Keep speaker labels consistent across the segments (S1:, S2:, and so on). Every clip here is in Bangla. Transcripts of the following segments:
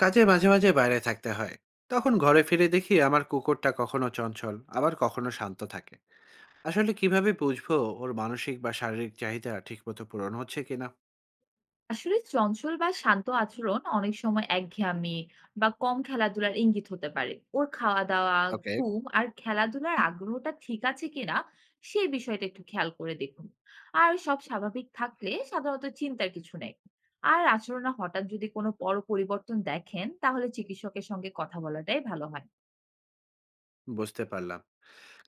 S1: কাজে মাঝে মাঝে বাইরে থাকতে হয়। তখন ঘরে ফিরে দেখি আমার কুকুরটা কখনো চঞ্চল আবার কখনো শান্ত থাকে। আসলে কিভাবে বুঝবো ওর মানসিক বা শারীরিক চাহিদা ঠিকমতো পূরণ হচ্ছে কিনা?
S2: আসলে চঞ্চল বা শান্ত আচরণ অনেক সময় একঘেয়েমি বা কম খেলাধুলার ইঙ্গিত হতে পারে। ওর খাওয়া দাওয়া,
S1: ওকে,
S2: ঘুম আর খেলাধুলার আগ্রহটা ঠিক আছে কিনা সেই বিষয়টা একটু খেয়াল করে দেখুন। আর সব স্বাভাবিক থাকলে সাধারণত চিন্তার কিছু নেই। আর আচরণে হঠাৎ যদি কোনো বড় পরিবর্তন দেখেন তাহলে চিকিৎসকের সঙ্গে কথা বলাটাই ভালো হয়।
S1: বুঝতে পারলাম।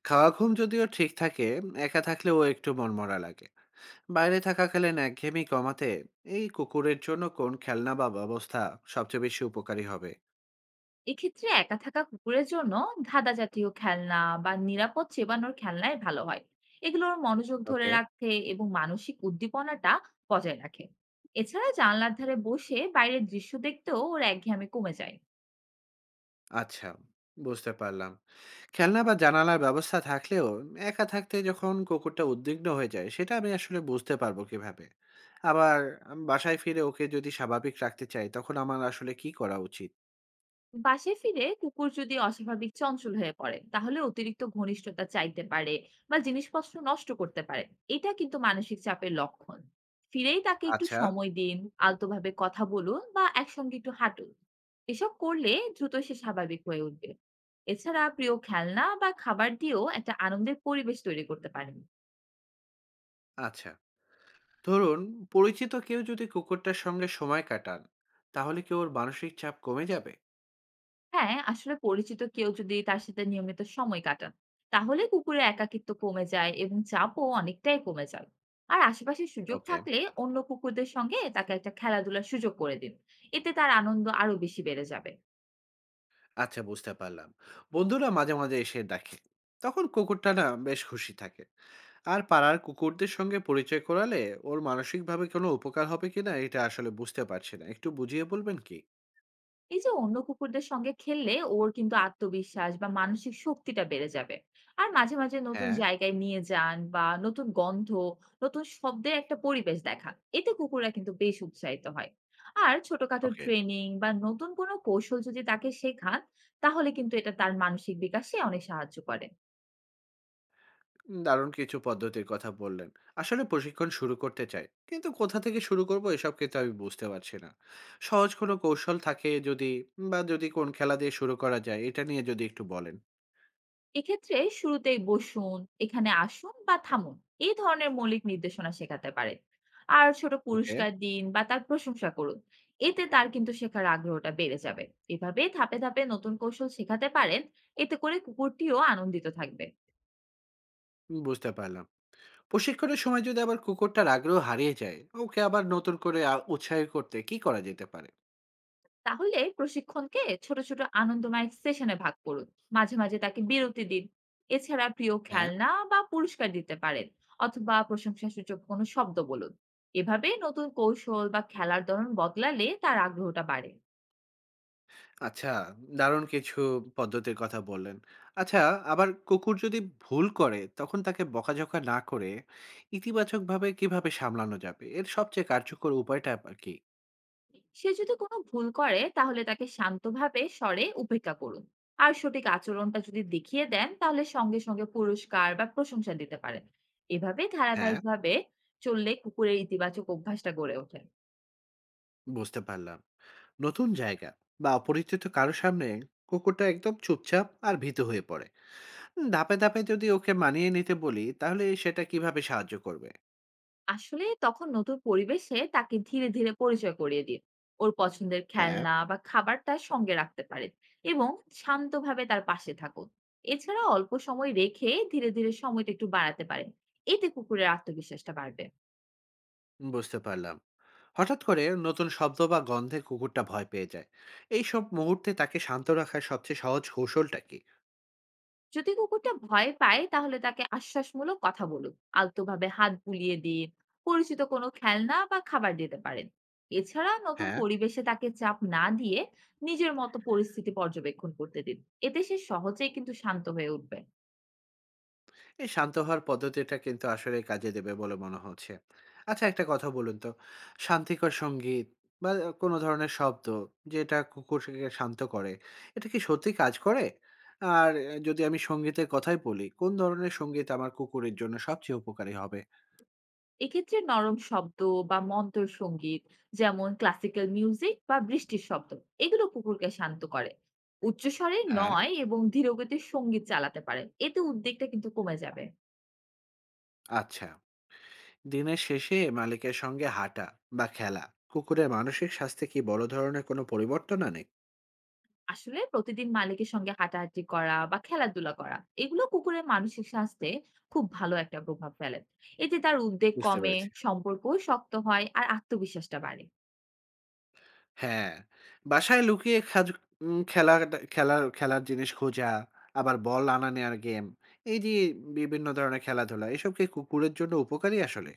S1: খাওয়া ঘুম যদিও ঠিক থাকে, একা থাকলেও একটু মনমরা লাগে। বাইরে থাকাকালীন একঘেয়েমি কমাতে এই কুকুরের জন্য কোন খেলনা বা ব্যবস্থা সবচেয়ে বেশি উপকারী হবে?
S2: এক্ষেত্রে একা থাকা কুকুরের জন্য ধাঁধা জাতীয় খেলনা বা নিরাপদ চেবানোর খেলনাই ভালো হয়। এগুলোর মনোযোগ ধরে
S1: ওকে,
S2: রাখতে এবং মানসিক উদ্দীপনাটা বজায় রাখে। এছাড়া জানলার ধারে বসে বাইরের দৃশ্য দেখতেও ওর একঘেয়েমি কমে যায়।
S1: আচ্ছা, বুঝতে পারলাম। খেলনা বা জানালার ব্যবস্থা থাকলেও একা থাকতে যখন কুকুরটা উদ্বিগ্ন হয়ে যায়, সেটা আমি আসলে বুঝতে পারবো কিভাবে? আবার আমি বাসায় ফিরে ওকে যদি স্বাভাবিক রাখতে চাই, তখন আমার আসলে কি করা উচিত?
S2: বাসায় ফিরে কুকুর যদি অস্বাভাবিক চঞ্চল হয়ে পড়ে তাহলে অতিরিক্ত ঘনিষ্ঠতা চাইতে পারে বা জিনিসপত্র নষ্ট করতে পারে। এটা কিন্তু মানসিক চাপের লক্ষণ। ফিরেই তাকে একটু
S1: আচ্ছা।
S2: সময় দিন, আলতোভাবে কথা বলুন বা একসঙ্গে একটু হাঁটুন। এসব করলে দ্রুত সে স্বাভাবিক হয়ে উঠবে। এছাড়া প্রিয় খেলনা বা খাবার দিয়েও একটা আনন্দের পরিবেশ তৈরি করতে পারেন।
S1: আচ্ছা, ধরুন পরিচিত কেউ যদি কুকুরটার সঙ্গে সময় কাটান, তাহলে কি ওর মানসিক চাপ কমে যাবে?
S2: হ্যাঁ, আসলে পরিচিত কেউ যদি তার সাথে নিয়মিত সময় কাটান, তাহলে কুকুরের একাকিত্ব কমে যায় এবং চাপও অনেকটাই কমে যায়। আর আশেপাশে সুযোগ
S1: ওকে,
S2: থাকলে অন্য কুকুরদের সঙ্গে তাকে একটা খেলাধুলার সুযোগ করে দিন। এতে তার আনন্দ আরো বেশি বেড়ে যাবে।
S1: আচ্ছা, বুঝতে পারলাম। বন্ধুরা মাঝে মাঝে এসে দেখে, তখন কুকুরটা না বেশ খুশি থাকে। আর পাড়ার কুকুরদের সঙ্গে পরিচয় করালে ওর মানসিকভাবে কোনো উপকার হবে কিনা, এটা আসলে বুঝতে পারছি না, একটু বুঝিয়ে বলবেন কি?
S2: এই যে অন্য কুকুরদের সঙ্গে খেললে ওর কিন্তু আত্মবিশ্বাস বা মানসিক শক্তিটা বেড়ে যাবে। আর মাঝে মাঝে নতুন
S1: হ্যাঁ।
S2: জায়গায় নিয়ে যান বা নতুন গন্ধ, নতুন শব্দের একটা পরিবেশ দেখান। এতে কুকুররা কিন্তু বেশ উৎসাহিত হয়। আর ছোটখাটো
S1: ওকে,
S2: ট্রেনিং বা নতুন কোনো কৌশল যদি তাকে শেখান তাহলে কিন্তু এটা তার মানসিক বিকাশে অনেক সাহায্য করে।
S1: দারুণ কিছু পদ্ধতির কথা বললেন। আসলে প্রশিক্ষণ শুরু করতে চাই, কিন্তু কোথা থেকে শুরু করব এসব কিন্তু আমি বুঝতে পারছি না। সহজ কোনো কৌশল থাকে যদি, বা যদি কোন খেলা দিয়ে শুরু করা যায়, এটা নিয়ে যদি একটু বলেন।
S2: এক্ষেত্রে শুরুতেই বসুন, এখানে আসুন বা থামুন, এই ধরনের মৌলিক নির্দেশনা শেখাতে পারেন। আর ছোট
S1: ওকে,
S2: পুরস্কার দিন বা তার প্রশংসা করুন, এতে তার কিন্তু শেখার আগ্রহটা বেড়ে যাবে। এভাবে ধাপে ধাপে নতুন কৌশল শেখাতে পারেন, এতে করে কুকুরটিও আনন্দিত থাকবে।
S1: বুঝতে পারলাম। প্রশিক্ষণের সময় যদি আবার কুকুরটার আগ্রহ হারিয়ে যায়, ওকে আবার নতুন করে উৎসাহী করতে কি করা যেতে পারে?
S2: তাহলে প্রশিক্ষণকে ছোট ছোট আনন্দময় সেশনে ভাগ করুন। মাঝে মাঝে তাকে বিরতি দিন। এছাড়া প্রিয়
S1: হ্যাঁ,
S2: খেলনা বা পুরস্কার দিতে পারেন, অথবা প্রশংসাসূচক কোনো শব্দ বলুন। এভাবে নতুন কৌশল বা খেলার ধরন বদলালে তার আগ্রহটা বাড়ে।
S1: আচ্ছা, দারুণ কিছু পদ্ধতির কথা বললেন। আচ্ছা, আবার কুকুর যদি ভুল করে তখন তাকে বকাঝকা না করে ইতিবাচকভাবে কিভাবে সামলানো যাবে? এর সবচেয়ে কার্যকর উপায়টা আবার কি?
S2: সে যদি কোনো ভুল করে তাহলে তাকে শান্তভাবে স্বরে উপেক্ষা করুন। আর সঠিক আচরণটা যদি দেখিয়ে দেন তাহলে সঙ্গে সঙ্গে পুরস্কার বা প্রশংসা দিতে পারেন। এভাবে
S1: হ্যাঁ,
S2: ধারাবাহিকভাবে চললে কুকুরের ইতিবাচক অভ্যাসটা গড়ে ওঠে।
S1: বুঝতে পারলাম। নতুন জায়গা বা অপরিচিত কারো সামনে কুকুরটা একদম চুপচাপ আর ভীত হয়ে পড়ে। ধাপে, ধাপে যদি ওকে মানিয়ে নিতে বলি তাহলে সেটা কিভাবে সাহায্য করবে?
S2: আসলে তখন নতুন পরিবেশে তাকে ধীরে ধীরে পরিচয় করিয়ে দিন। ওর পছন্দের
S1: হ্যাঁ।
S2: খেলনা বা খাবারটা সঙ্গে রাখতে পারেন এবং শান্তভাবে তার পাশে থাকুন। এছাড়া অল্প সময় রেখে ধীরে ধীরে সময়টা একটু বাড়াতে পারেন। এতে কুকুরের আত্মবিশ্বাসটা বাড়বে।
S1: বুঝতে পারলাম। হঠাৎ করে নতুন শব্দ বা গন্ধে কুকুরটা ভয় পেয়ে যায়, এই সব মুহূর্তে তাকে শান্ত রাখার সবচেয়ে সহজ কৌশলটা কি?
S2: যদি কুকুরটা ভয় পায় তাহলে তাকে আশ্বাসমূলক কথা বলুন, আলতোভাবে হাত বুলিয়ে দিন। পরিচিত কোনো খেলনা বা খাবার দিতে পারেন। এছাড়া নতুন
S1: হ্যাঁ।
S2: পরিবেশে তাকে চাপ না দিয়ে নিজের মতো পরিস্থিতি পর্যবেক্ষণ করতে দিন। এতে সে সহজেই কিন্তু শান্ত হয়ে উঠবে।
S1: এই শান্ত হওয়ার পদ্ধতিটা কিন্তু আসলে কাজে দেবে বলে মনে হচ্ছে। আচ্ছা, একটা কথা বলুন তো, শান্তিকর সঙ্গীত বা কোনো ধরনের শব্দ যেটা কুকুরকে শান্ত করে, এটা কি সত্যি কাজ করে? আর যদি আমি সঙ্গীতের কথাই বলি, কোন ধরনের সঙ্গীত আমার কুকুরের জন্য সবচেয়ে উপকারী হবে?
S2: এক্ষেত্রে নরম শব্দ বা মন্তর সঙ্গীত, যেমন ক্লাসিক্যাল মিউজিক বা বৃষ্টির শব্দ, এগুলো কুকুরকে শান্ত করে। উচ্চস্বরে
S1: হ্যাঁ।
S2: নয় এবং ধীরগতির সঙ্গীত চালাতে পারে, এতে উদ্বেগটা কিন্তু কমে যাবে।
S1: আচ্ছা, দিনের শেষে মালিকের সঙ্গে হাঁটা বা খেলা কুকুরের মানসিক স্বাস্থ্যে কি বড় ধরনের কোনো পরিবর্তন আনে?
S2: আসলে প্রতিদিন মালিকের সঙ্গে হাঁটাহাঁটি করা বা খেলাধুলা করা, এগুলো কুকুরের মানসিক স্বাস্থ্যে খুব ভালো একটা প্রভাব ফেলে। এতে তার উদ্বেগ
S1: বুঝতে
S2: কমে,
S1: পেরেছি।
S2: সম্পর্ক শক্ত হয় আর আত্মবিশ্বাসটা বাড়ে।
S1: হ্যাঁ, বাসায় লুকিয়ে খেলা খেলার খেলার জিনিস খোঁজা, আবার বল আনা নেওয়ার গেম, এই যে বিভিন্ন ধরনের খেলাধুলা, এসব কি কুকুরের জন্য উপকারী আসলে?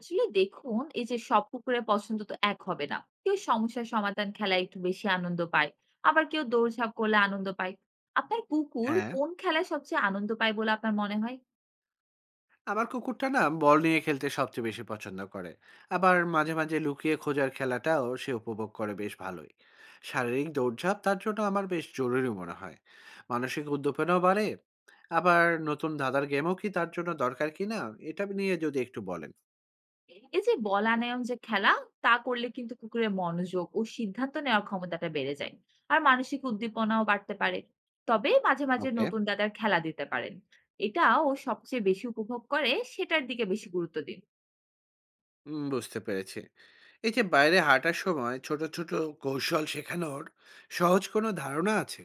S2: আসলে দেখুন, এই যে সব কুকুরের পছন্দ তো এক হবে না। কেউ সমস্যার সমাধান খেলায় একটু বেশি আনন্দ পায়, আবার কেউ দৌড়ঝাঁপ করলে আনন্দ পায়। আপনার কুকুর
S1: হ্যাঁ,
S2: কোন খেলায় সবচেয়ে আনন্দ পায় বলে আপনার মনে হয়?
S1: আমার কুকুরটা না বল নিয়ে খেলতে সবচেয়ে বেশি পছন্দ করে। আবার মাঝে মাঝে লুকিয়ে খোঁজার খেলাটাও সে উপভোগ করে বেশ ভালোই। শারীরিক দৌড়ঝাঁপ তার জন্য আমার বেশ জরুরি মনে হয়, মানসিক উদ্দীপনাও বাড়ে। আবার নতুন ধাঁধার গেমও কি তার জন্য দরকার কিনা, এটা নিয়ে যদি একটু বলেন।
S2: এই যে বলায়ন যে খেলা, তা করলে কিন্তু কুকুরের মনোযোগ ও সিদ্ধান্ত নেওয়ার ক্ষমতাটা বেড়ে যায়। আর মানসিক উদ্দীপনাও বাড়তে পারে। তবে মাঝে মাঝে
S1: ওকে,
S2: নতুন দাদার খেলা দিতে পারেন। এটা ও সবচেয়ে বেশি উপভোগ করে সেটার দিকে বেশি গুরুত্ব দিন।
S1: বুঝতে পেরেছি। এই যে বাইরে হাঁটার সময় ছোট ছোট কৌশল শেখানোর সহজ কোনো ধারণা আছে?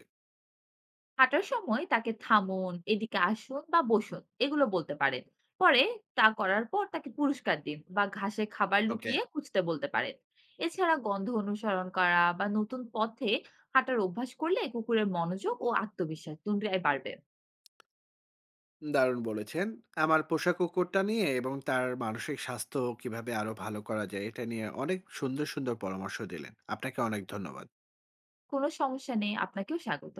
S2: হাঁটার সময় তাকে থামুন, এদিকে আসুন বা বসুন, এগুলো বলতে পারেন। পরে তা করার পর তাকে পুরস্কার দিন বা ঘাসে খাবার
S1: ওকে,
S2: লুকিয়ে খুঁজতে বলতে পারেন। এছাড়া গন্ধ অনুসরণ করা বা নতুন পথে হাঁটার অভ্যাস করলে কুকুরের মনোযোগ ও আত্মবিশ্বাস দুটোই বাড়বে।
S1: দারুণ বলেছেন। আমার পোষা কুকুরটা নিয়ে এবং তার মানসিক স্বাস্থ্য কিভাবে আরো ভালো করা যায়, এটা নিয়ে অনেক সুন্দর, সুন্দর পরামর্শ দিলেন। আপনাকে অনেক ধন্যবাদ।
S2: কোনো সমস্যা নেই, আপনাকেও স্বাগত।